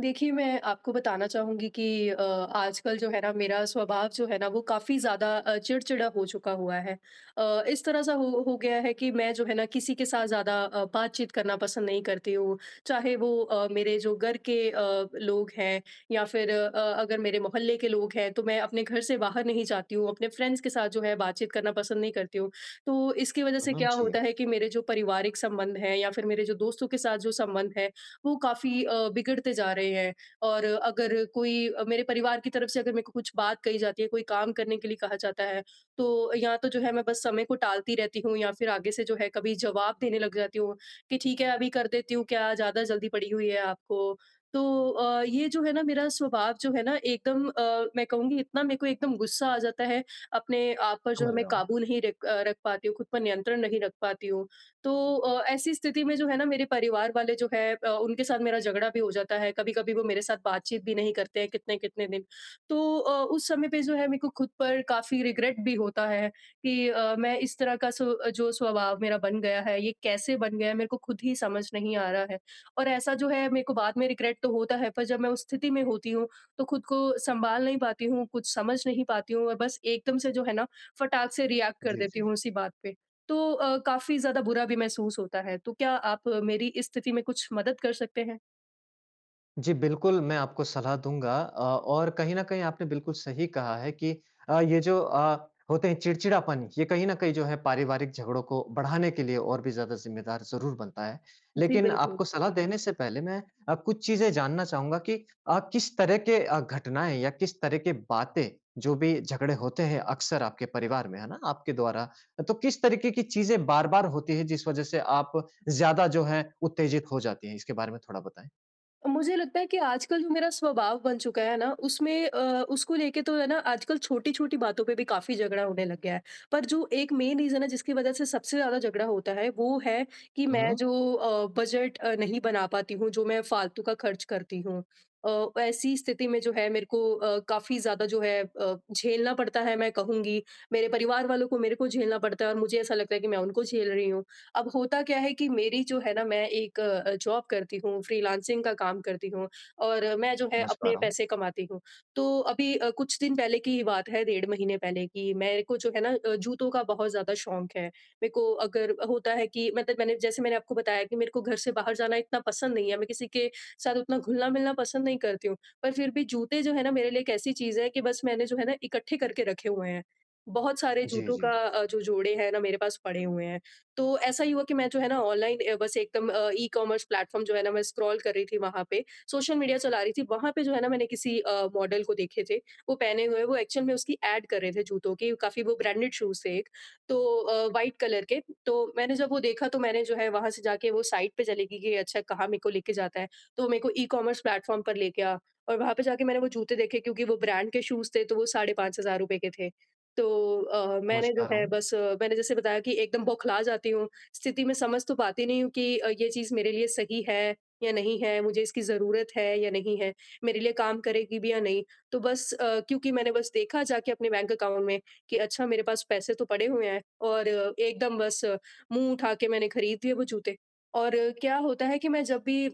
देखिए, मैं आपको बताना चाहूँगी कि आजकल जो है ना मेरा स्वभाव जो है ना वो काफ़ी ज़्यादा चिड़चिड़ा हो चुका हुआ है। इस तरह सा हो गया है कि मैं जो है ना किसी के साथ ज़्यादा बातचीत करना पसंद नहीं करती हूँ। चाहे वो मेरे जो घर के लोग हैं या फिर अगर मेरे मोहल्ले के लोग हैं, तो मैं अपने घर से बाहर नहीं जाती हूँ, अपने फ्रेंड्स के साथ जो है बातचीत करना पसंद नहीं करती हूँ। तो इसकी वज़ह हुँ, से हुँ। क्या जी, होता है कि मेरे जो पारिवारिक संबंध हैं या फिर मेरे जो दोस्तों के साथ जो संबंध है, वो काफ़ी बिगड़ते जा रहे हैं। और अगर कोई मेरे परिवार की तरफ से अगर मेरे को कुछ बात कही जाती है, कोई काम करने के लिए कहा जाता है, तो या तो जो है मैं बस समय को टालती रहती हूँ या फिर आगे से जो है कभी जवाब देने लग जाती हूँ कि ठीक है अभी कर देती हूँ, क्या ज़्यादा जल्दी पड़ी हुई है आपको? तो ये जो है ना मेरा स्वभाव जो है ना एकदम, मैं कहूँगी इतना मेरे को एकदम गुस्सा आ जाता है, अपने आप पर जो है समझ मैं रहा हूँ। काबू नहीं रख पाती हूँ, खुद पर नियंत्रण नहीं रख पाती हूँ। तो ऐसी स्थिति में जो है ना मेरे परिवार वाले जो है उनके साथ मेरा झगड़ा भी हो जाता है। कभी-कभी वो मेरे साथ बातचीत भी नहीं करते हैं कितने-कितने दिन। तो उस समय पे जो है मेरे को खुद पर काफ़ी रिग्रेट भी होता है कि मैं इस तरह का जो स्वभाव मेरा बन गया है, ये कैसे बन गया है मेरे को खुद ही समझ नहीं आ रहा है। और ऐसा जो है मेरे को बाद में रिग्रेट तो होता है, पर जब मैं उस स्थिति में होती हूँ तो खुद को सँभाल नहीं पाती हूँ, कुछ समझ नहीं पाती हूँ और बस एकदम से जो है ना फटाक से रिएक्ट कर जी, देती जी। हूँ उसी बात पे। तो काफ़ी ज़्यादा बुरा भी महसूस होता है। तो क्या आप मेरी इस स्थिति में कुछ मदद कर सकते हैं? जी, बिल्कुल, मैं आपको सलाह दूँगा और कहीं न कहीं आपने बिल्कुल सही कहा है कि ये जो होते हैं चिड़चिड़ापन, ये कहीं न कहीं जो है पारिवारिक झगड़ों को बढ़ाने के लिए और भी ज़्यादा ज़िम्मेदार ज़रूर बनता है। जी, लेकिन बिल्कुल। आपको सलाह देने से पहले मैं कुछ चीज़ें जानना चाहूँगा कि किस तरह के घटनाएँ या किस तरह के बातें, जो भी झगड़े होते हैं अक्सर आपके परिवार में, है ना? आपके द्वारा, तो किस तरीके की चीज़ें बार-बार होती हैं जिस वजह से आप ज़्यादा जो है उत्तेजित हो जाती हैं? इसके बारे में थोड़ा बताएँ। मुझे लगता है कि आजकल जो मेरा स्वभाव बन चुका है ना उसमें, उसको लेके तो है ना आजकल छोटी छोटी बातों पे भी काफी झगड़ा होने लग गया है। पर जो एक मेन रीजन है जिसकी वजह से सबसे ज्यादा झगड़ा होता है वो है कि मैं जो बजट नहीं बना पाती हूँ, जो मैं फालतू का खर्च करती हूँ। ऐसी स्थिति में जो है मेरे को काफी ज्यादा जो है झेलना पड़ता है, मैं कहूंगी मेरे परिवार वालों को मेरे को झेलना पड़ता है, और मुझे ऐसा लगता है कि मैं उनको झेल रही हूँ। अब होता क्या है कि मेरी जो है ना मैं एक जॉब करती हूँ, फ्रीलांसिंग का काम करती हूँ और मैं जो है समझ पा अपने रहा हूँ। पैसे कमाती हूँ। तो अभी कुछ दिन पहले की ही बात है, डेढ़ महीने पहले की, मेरे को जो है ना जूतों का बहुत ज़्यादा शौक है। मेरे को अगर होता है कि मतलब मैंने, जैसे मैंने आपको बताया कि मेरे को घर से बाहर जाना इतना पसंद नहीं है, मैं किसी के साथ उतना घुलना-मिलना पसंद नहीं करती हूँ। पर फिर भी जूते जो है ना मेरे लिए एक ऐसी चीज़ है कि बस मैंने जो है ना इकट्ठे करके रखे हुए हैं। बहुत सारे जी, जूतों जी, का जी। जो जोड़े हैं ना मेरे पास पड़े हुए हैं। तो ऐसा ही हुआ कि मैं जो है ना ऑनलाइन, बस एकदम, ई-कॉमर्स प्लेटफ़ॉर्म जो है ना मैं स्क्रॉल कर रही थी वहाँ पे, सोशल मीडिया चला रही थी। वहाँ पे जो है ना मैंने किसी मॉडल को देखे थे। वो पहने हुए, वो एक्चुअल में उसकी ऐड कर रहे थे जूतों की, काफ़ी वो ब्रांडेड शूज़ थे एक, तो व्हाइट कलर के। तो मैंने जब वो देखा तो मैंने जो है वहाँ से जाके वो साइट पे चली गई कि अच्छा कहाँ मेरे को लेके जाता है, तो वो मेरे को ई-कॉमर्स प्लेटफ़ॉर्म पर लेके आ, और वहाँ पे जाके मैंने वो जूते देखे, क्योंकि वो ब्रांड के शूज़ थे तो वो 5,500 के थे। तो मैंने समझ जो पा रहा है हूँ। बस, मैंने जैसे बताया कि एकदम बौखला जाती हूँ। स्थिति में समझ तो पाती नहीं हूँ कि ये चीज़ मेरे लिए सही है या नहीं है, मुझे इसकी ज़रूरत है या नहीं है, मेरे लिए काम करेगी भी या नहीं। तो बस, क्योंकि मैंने बस देखा जाके अपने बैंक अकाउंट में कि अच्छा मेरे पास पैसे तो पड़े हुए हैं, और एकदम बस मुँह उठा के मैंने खरीद लिए वो जूते। और क्या होता है कि मैं जब भी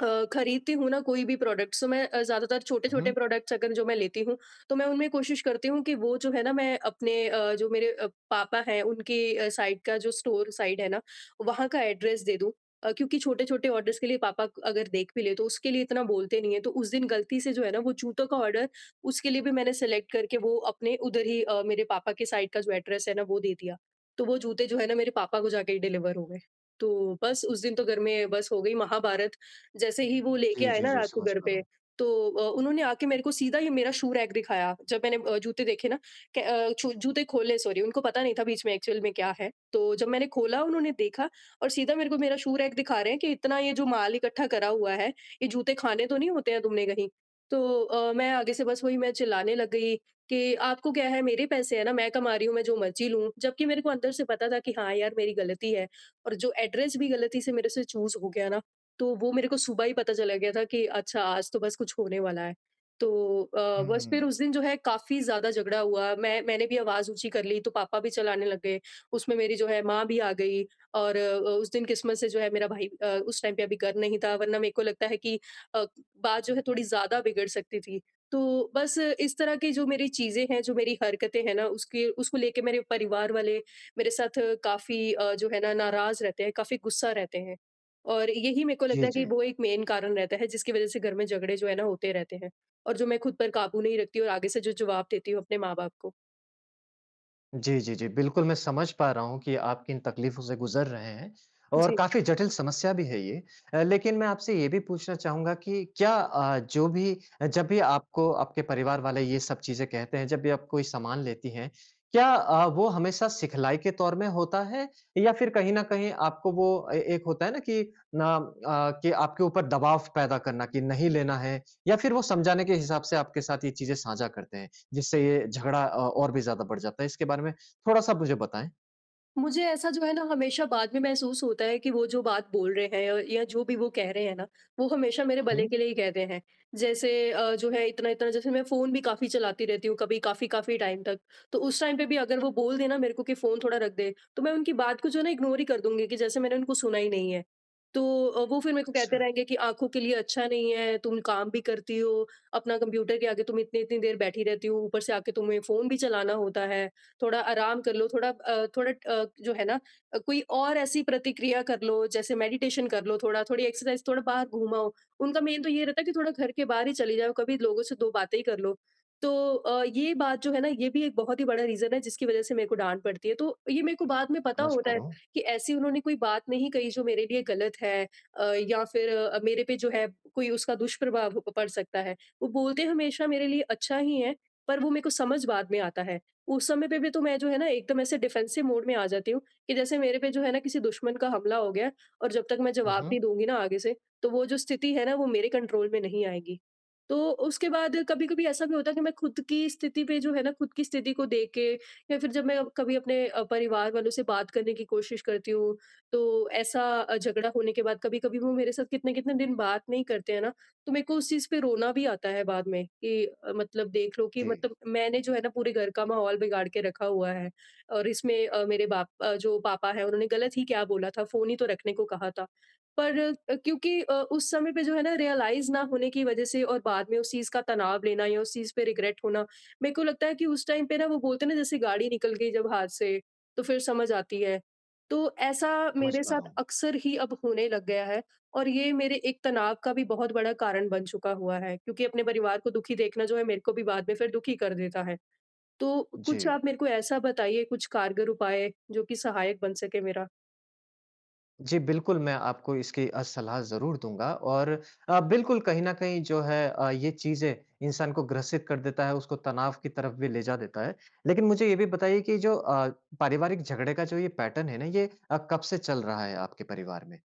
खरीदती हूँ ना कोई भी प्रोडक्ट्स, तो मैं ज़्यादातर हुँ, छोटे-छोटे हुँ। प्रोडक्ट्स अगर जो मैं लेती हूँ, तो मैं उनमें कोशिश करती हूँ कि वो जो है ना मैं अपने, जो मेरे पापा हैं उनकी साइड का जो स्टोर साइड है ना, वहाँ का एड्रेस दे दूँ। क्योंकि छोटे-छोटे ऑर्डर्स के लिए पापा अगर देख भी ले तो उसके लिए इतना बोलते नहीं है। तो उस दिन गलती से जो है ना वो जूतों का ऑर्डर, उसके लिए भी मैंने सेलेक्ट करके वो अपने उधर ही, मेरे पापा के साइड का जो एड्रेस है ना वो दे दिया। तो वो जूते जो है ना मेरे पापा को जाके ही डिलीवर हो गए। तो बस उस दिन तो घर में बस हो गई महाभारत, जैसे ही वो लेके जी, आए जी, ना जी, रात को समझ घर पा रहा पे। हूँ। तो उन्होंने आके मेरे को सीधा ही मेरा शू रैक दिखाया। जब मैंने जूते देखे ना, क अ, छू जूते खोले, सॉरी, उनको पता नहीं था बीच में एक्चुअल में क्या है। तो जब मैंने खोला उन्होंने देखा, और सीधा मेरे को मेरा शू रैक दिखा रहे हैं कि इतना ये जो माल इकट्ठा करा हुआ है, ये जूते खाने तो नहीं होते हैं तुमने कहीं? तो मैं आगे से बस वही मैं चिल्लाने लग गई कि आपको क्या है, मेरे पैसे हैं ना, मैं कमा रही हूँ, मैं जो मर्ज़ी लूँ। जबकि मेरे को अंदर से पता था कि हाँ यार मेरी गलती है, और जो एड्रेस भी गलती से मेरे से चूज़ हो गया ना, तो वो मेरे को सुबह ही पता चला गया था कि अच्छा आज तो बस कुछ होने वाला है। तो बस फिर हुँ, उस दिन जो है काफ़ी ज़्यादा झगड़ा हुआ। मैंने भी आवाज़ ऊँची कर ली तो पापा भी चलाने लग गए। उसमें मेरी जो है माँ भी आ गई, और उस दिन किस्मत से जो है मेरा भाई उस टाइम पे अभी घर नहीं था, वरना मेरे को लगता है कि अ, बात जो है थोड़ी ज़्यादा बिगड़ सकती थी। तो बस इस तरह की जो मेरी चीज़ें हैं, जो मेरी हरकतें हैं ना, उसकी उसको लेके मेरे परिवार वाले मेरे साथ काफ़ी जो है ना नाराज़ रहते हैं, काफ़ी गुस्सा रहते हैं। और यही मेरे को लगता जी, है कि जी। वो एक मेन कारण रहता है जिसकी वज़ह से घर में झगड़े जो है ना होते रहते हैं, और जो मैं खुद पर काबू नहीं रखती और आगे से जो जवाब देती हूँ अपने माँ-बाप को। जी, जी, जी। बिल्कुल, मैं समझ पा रहा हूँ कि आप किन तकलीफ़ों से गुज़र रहे हैं और जी। काफ़ी जटिल समस्या भी है ये। लेकिन मैं आपसे ये भी पूछना चाहूँगा कि क्या जो भी जब भी आपको आपके परिवार वाले ये सब चीज़ें कहते हैं, जब भी आप कोई सामान लेती हैं, क्या वो हमेशा सिखलाई के तौर में होता है या फिर कहीं न कहीं आपको वो ए एक होता है ना कि ना कि आपके ऊपर दबाव पैदा करना कि नहीं लेना है या फिर वो समझाने के हिसाब से आपके साथ ये चीज़ें साझा करते हैं? जिससे ये झगड़ा और भी ज़्यादा बढ़ जाता है। इसके बारे में थोड़ा-सा मुझे बताएँ? मुझे ऐसा जो है ना हमेशा बाद में महसूस होता है कि वो जो बात बोल रहे हैं या जो भी वो कह रहे हैं ना, वो हमेशा मेरे भले हुँ। के लिए ही कह रहे हैं। जैसे जो है इतना इतना, जैसे मैं फोन भी काफी चलाती रहती हूँ, कभी काफी काफी टाइम तक। तो उस टाइम पे भी अगर वो बोल देना मेरे को कि फोन थोड़ा रख दे, तो मैं उनकी बात को जो है ना इग्नोर ही कर दूंगी कि जैसे मैंने उनको सुना ही नहीं है। तो वो फिर मेरे को कहते अच्छा, रहेंगे कि आंखों के लिए अच्छा नहीं है, तुम काम भी करती हो अपना कंप्यूटर के आगे, तुम इतनी इतनी देर बैठी रहती हो, ऊपर से आके तुम्हें फोन भी चलाना होता है, थोड़ा आराम कर लो, थोड़ा, थोड़ा, जो है ना, कोई और ऐसी प्रतिक्रिया कर लो, जैसे मेडिटेशन कर लो थोड़ा, थोड़ी एक्सरसाइज़, थोड़ा बाहर घूमाओ। उनका मेन तो ये रहता है कि थोड़ा घर के बाहर ही चले जाओ, कभी लोगों से दो बातें ही कर लो। तो ये बात जो है ना, ये भी एक बहुत ही बड़ा रीज़न है जिसकी वज़ह से मेरे को डाँट पड़ती है। तो ये मेरे को बाद में पता समझ होता पा है रहा हूँ। कि ऐसी उन्होंने कोई बात नहीं कही जो मेरे लिए गलत है, अ, या फिर मेरे पे जो है कोई उसका दुष्प्रभाव प पड़ सकता है। वो बोलते हमेशा मेरे लिए अच्छा ही है, पर वो मेरे को समझ बाद में आता है। उस समय पे भी तो मैं जो है ना एकदम ऐसे डिफेंसिव मोड में आ जाती हूँ कि जैसे मेरे पे जो है ना किसी दुश्मन का हमला हो गया है और जब तक मैं हुँ, जवाब हुँ। नहीं दूंगी ना आगे से तो वो जो स्थिति है ना वो मेरे कंट्रोल में नहीं आएगी। तो उसके बाद कभी कभी ऐसा भी होता है कि मैं खुद की स्थिति पे जो है ना खुद की स्थिति को देख के या फिर जब मैं कभी अपने परिवार वालों से बात करने की कोशिश करती हूँ तो ऐसा झगड़ा होने के बाद कभी कभी वो मेरे साथ कितने कितने दिन बात नहीं करते हैं ना। तो मेरे को उस चीज़ पे रोना भी आता है बाद में कि मतलब देख लो कि जी। मतलब मैंने जो है ना पूरे घर का माहौल बिगाड़ के रखा हुआ है। और इसमें मेरे बाप, जो पापा हैं उन्होंने गलत ही क्या बोला था, फ़ोन ही तो रखने को कहा था। पर क्योंकि उस समय पे जो है ना रियलाइज़ ना होने की वज़ह से और बाद में उस चीज़ का तनाव लेना या उस चीज़ पे रिग्रेट होना, मेरे को लगता है कि उस टाइम पे ना वो बोलते हैं ना, जैसे गाड़ी निकल गई जब हाथ से, तो फिर समझ आती है। तो ऐसा समझ मेरे पा रहा साथ हूँ। अक्सर ही अब होने लग गया है। और ये मेरे एक तनाव का भी बहुत बड़ा कारण बन चुका हुआ है क्योंकि अपने परिवार को दुखी देखना जो है मेरे को भी बाद में फिर दुखी कर देता है। तो जी। कुछ आप मेरे को ऐसा बताइए कुछ कारगर उपाय जो कि सहायक बन सके मेरा। जी, बिल्कुल मैं आपको इसकी सलाह ज़रूर दूँगा और बिल्कुल कहीं न कहीं जो है ये चीज़ें इंसान को ग्रसित कर देता है, उसको तनाव की तरफ भी ले जा देता है। लेकिन मुझे ये भी बताइए कि जो पारिवारिक झगड़े का जो ये पैटर्न है ना, ये कब से चल रहा है आपके परिवार में?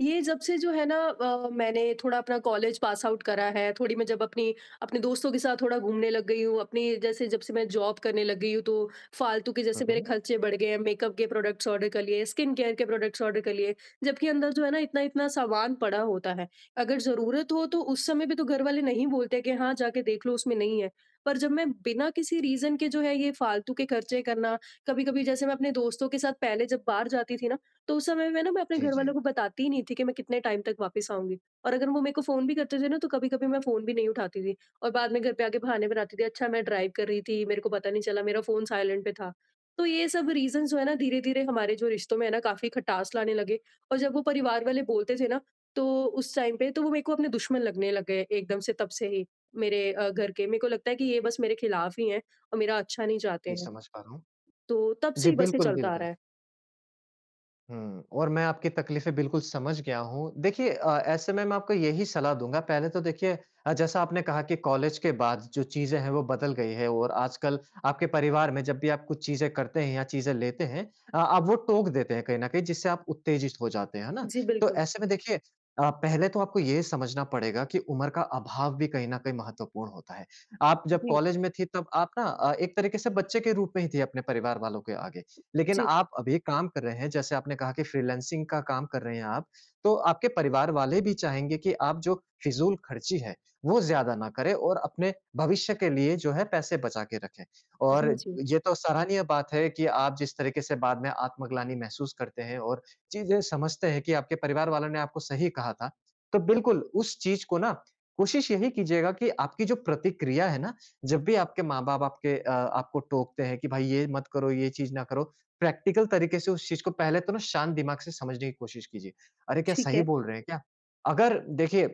ये जब से जो है ना मैंने थोड़ा अपना कॉलेज पास आउट करा है, थोड़ी मैं जब अपनी अपने दोस्तों के साथ थोड़ा घूमने लग गई हूँ, अपनी जैसे जब से मैं जॉब करने लग गई हूँ, तो फालतू के हुँ, जैसे मेरे हुँ। खर्चे बढ़ गए हैं, मेकअप के प्रोडक्ट्स ऑर्डर कर लिए, स्किन केयर के प्रोडक्ट्स ऑर्डर कर लिए, जबकि अंदर जो है ना इतना-इतना सामान पड़ा होता है। अगर ज़रूरत हो तो उस समय भी तो घर वाले नहीं बोलते कि हाँ, जाके देख लो उसमें नहीं है। पर जब मैं बिना किसी रीज़न के जो है ये फालतू के खर्चे करना, कभी-कभी जैसे मैं अपने दोस्तों के साथ पहले जब बाहर जाती थी ना, तो उस समय में ना मैं अपने जी, घरवालों जी। को बताती ही नहीं थी कि मैं कितने टाइम तक वापस आऊँगी। और अगर वो मेरे को फ़ोन भी करते थे ना, तो कभी-कभी मैं फ़ोन भी नहीं उठाती थी और बाद में घर पे आके बहाने बनाती थी, "अच्छा, मैं ड्राइव कर रही थी, मेरे को पता नहीं चला, मेरा फ़ोन साइलेंट पे था।" तो ये सब रीज़न्स जो है ना धीरे-धीरे हमारे जो रिश्तों में है ना काफ़ी खटास लाने लगे। और जब वो परिवार वाले बोलते थे ना, तो उस टाइम पे तो वो मेरे को अपने दुश्मन लगने लग गए एकदम से, तब से ही मेरे घर के। मेरे को लगता है कि ये बस मेरे खिलाफ ही हैं और मेरा अच्छा नहीं चाहते जी, हैं। समझ पा रहा हूँ। तो तब से जी, ही बस ये बिल्कुल, चलता आ रहा बिल्कुल। है। हुँ, और मैं आपकी तकलीफ़ें बिल्कुल समझ गया हूँ। देखिए ऐसे में मैं आपको यही सलाह दूँगा, पहले तो देखिए जैसा आपने कहा कि कॉलेज के बाद जो चीज़ें हैं वो बदल गई है और आजकल आपके परिवार में जब भी आप कुछ चीज़ें करते हैं या चीज़ें लेते हैं आप वो टोक देते हैं कहीं न कहीं जिससे आप उत्तेजित हो जाते हैं, है ना? जी, तो बिल्कुल। ऐसे में देखिए पहले तो आपको ये समझना पड़ेगा कि उम्र का अभाव भी कहीं न कहीं महत्वपूर्ण होता है। आप जब जी, कॉलेज में थी तब आप ना एक तरीके से बच्चे के रूप में ही थी अपने परिवार वालों के आगे। लेकिन जी। आप अभी काम कर रहे हैं, जैसे आपने कहा कि फ्रीलांसिंग का काम कर रहे हैं आप, तो आपके परिवार वाले भी चाहेंगे कि आप जो फिज़ूल खर्ची है, वो ज़्यादा ना करें और अपने भविष्य के लिए जो है पैसे बचा के रखें। और जी, जी, ये तो सराहनीय बात है कि आप जिस तरीके से बाद में आत्मग्लानि महसूस करते हैं और चीज़ें समझते हैं कि आपके परिवार वालों ने आपको सही कहा था। तो बिल्कुल उस चीज़ को ना कोशिश यही कीजिएगा कि आपकी जो प्रतिक्रिया है ना, जब भी आपके माँ-बाप आपके आपको टोकते हैं कि भाई ये मत करो, ये चीज़ ना करो, प्रैक्टिकल तरीके से उस चीज़ को पहले तो ना शांत दिमाग से समझने की कोशिश कीजिए। अरे, क्या ठीक सही है। बोल रहे हैं क्या? अगर देखिए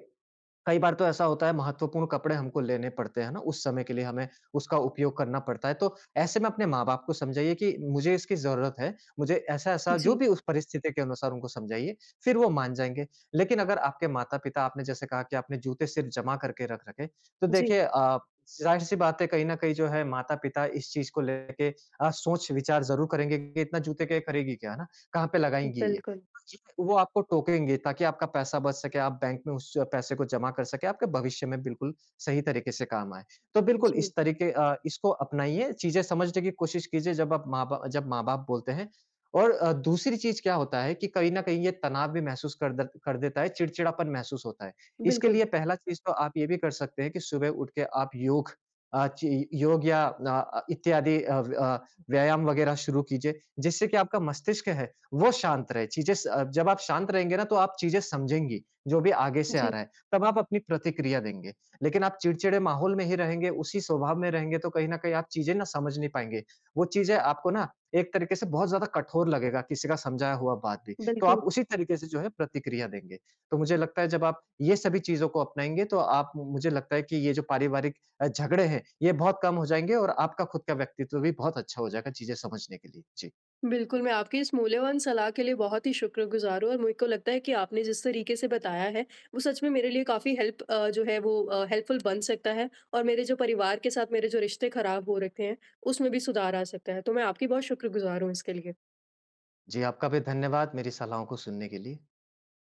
कई बार तो ऐसा होता है महत्वपूर्ण कपड़े हमको लेने पड़ते हैं ना, उस समय के लिए हमें उसका उपयोग करना पड़ता है। तो ऐसे में अपने माँ-बाप को समझाइए कि मुझे इसकी ज़रूरत है, मुझे ऐसा-ऐसा जो जी, भी उस परिस्थिति के अनुसार उनको समझाइए, फिर वो मान जाएँगे। लेकिन अगर आपके माता-पिता आपने जैसे कहा कि आपने जूते सिर्फ़ जमा करके रख रखे, तो जी, देखिए ज़ाहिर-सी बात है कहीं न कहीं जो है माता-पिता इस चीज़ को लेके सोच-विचार ज़रूर करेंगे कि इतना जूते के खरीदेगी क्या, है ना? कहाँ पे लगाएँगी ये? बिल्कुल। जी, वो आपको टोकेंगे ताकि आपका पैसा बच सके, आप बैंक में उस पैसे को जमा कर सकें, आपके भविष्य में बिल्कुल सही तरीके से काम आए। तो बिल्कुल जी, इस तरीके इसको अपनाइए, चीज़ें समझने की कोशिश कीजिए जब आप माँ बा जब माँ-बाप बोलते हैं और दूसरी चीज़ क्या होता है कि कहीं न कहीं ये तनाव भी महसूस कर द कर देता है, चिड़चिड़ापन महसूस होता है। इसके बिल्कुल। लिए पहला चीज़ तो आप ये भी कर सकते हैं कि सुबह उठ के आप योग ची योग या इत्यादि व्यायाम वगैरह शुरू कीजिए, जिससे कि आपका मस्तिष्क है वो शांत रहे। चीज़ें स जब आप शांत रहेंगे ना, तो आप चीज़ें समझेंगी, जो भी आगे से आ जी, रहा है, तब आप अपनी प्रतिक्रिया देंगे। लेकिन आप चिड़चिड़े माहौल में ही रहेंगे, उसी स्वभाव में रहेंगे, तो कहीं न कहीं आप चीज़ें ना समझ नहीं पाएँगे। वो चीज़ें आपको ना एक तरीके से बहुत ज़्यादा कठोर लगेगा, किसी का समझाया हुआ बात भी। तो आप बिल्कुल। उसी तरीके से जो है प्रतिक्रिया देंगे। तो मुझे लगता है जब आप ये सभी चीज़ों को अपनाएँगे, तो आप मुझे लगता है कि ये जो पारिवारिक झगड़े हैं, ये बहुत कम हो जाएँगे और आपका खुद का व्यक्तित्व भी बहुत अच्छा हो जाएगा चीज़ें समझने के लिए। जी। बिल्कुल, मैं आपकी इस मूल्यवान सलाह के लिए बहुत ही शुक्रगुज़ार हूँ और मुझे को लगता है कि आपने जिस तरीके से बताया है, वो सच में मेरे लिए काफ़ी हेल्प अ, जो है वो अ, हेल्पफुल बन सकता है और मेरे जो परिवार के साथ मेरे जो रिश्ते खराब हो रखे हैं, उसमें भी सुधार आ सकता है। तो मैं आपकी बहुत शुक्रगुज़ार हूँ इसके लिए। जी, आपका भी धन्यवाद मेरी सलाहों को सुनने के लिए।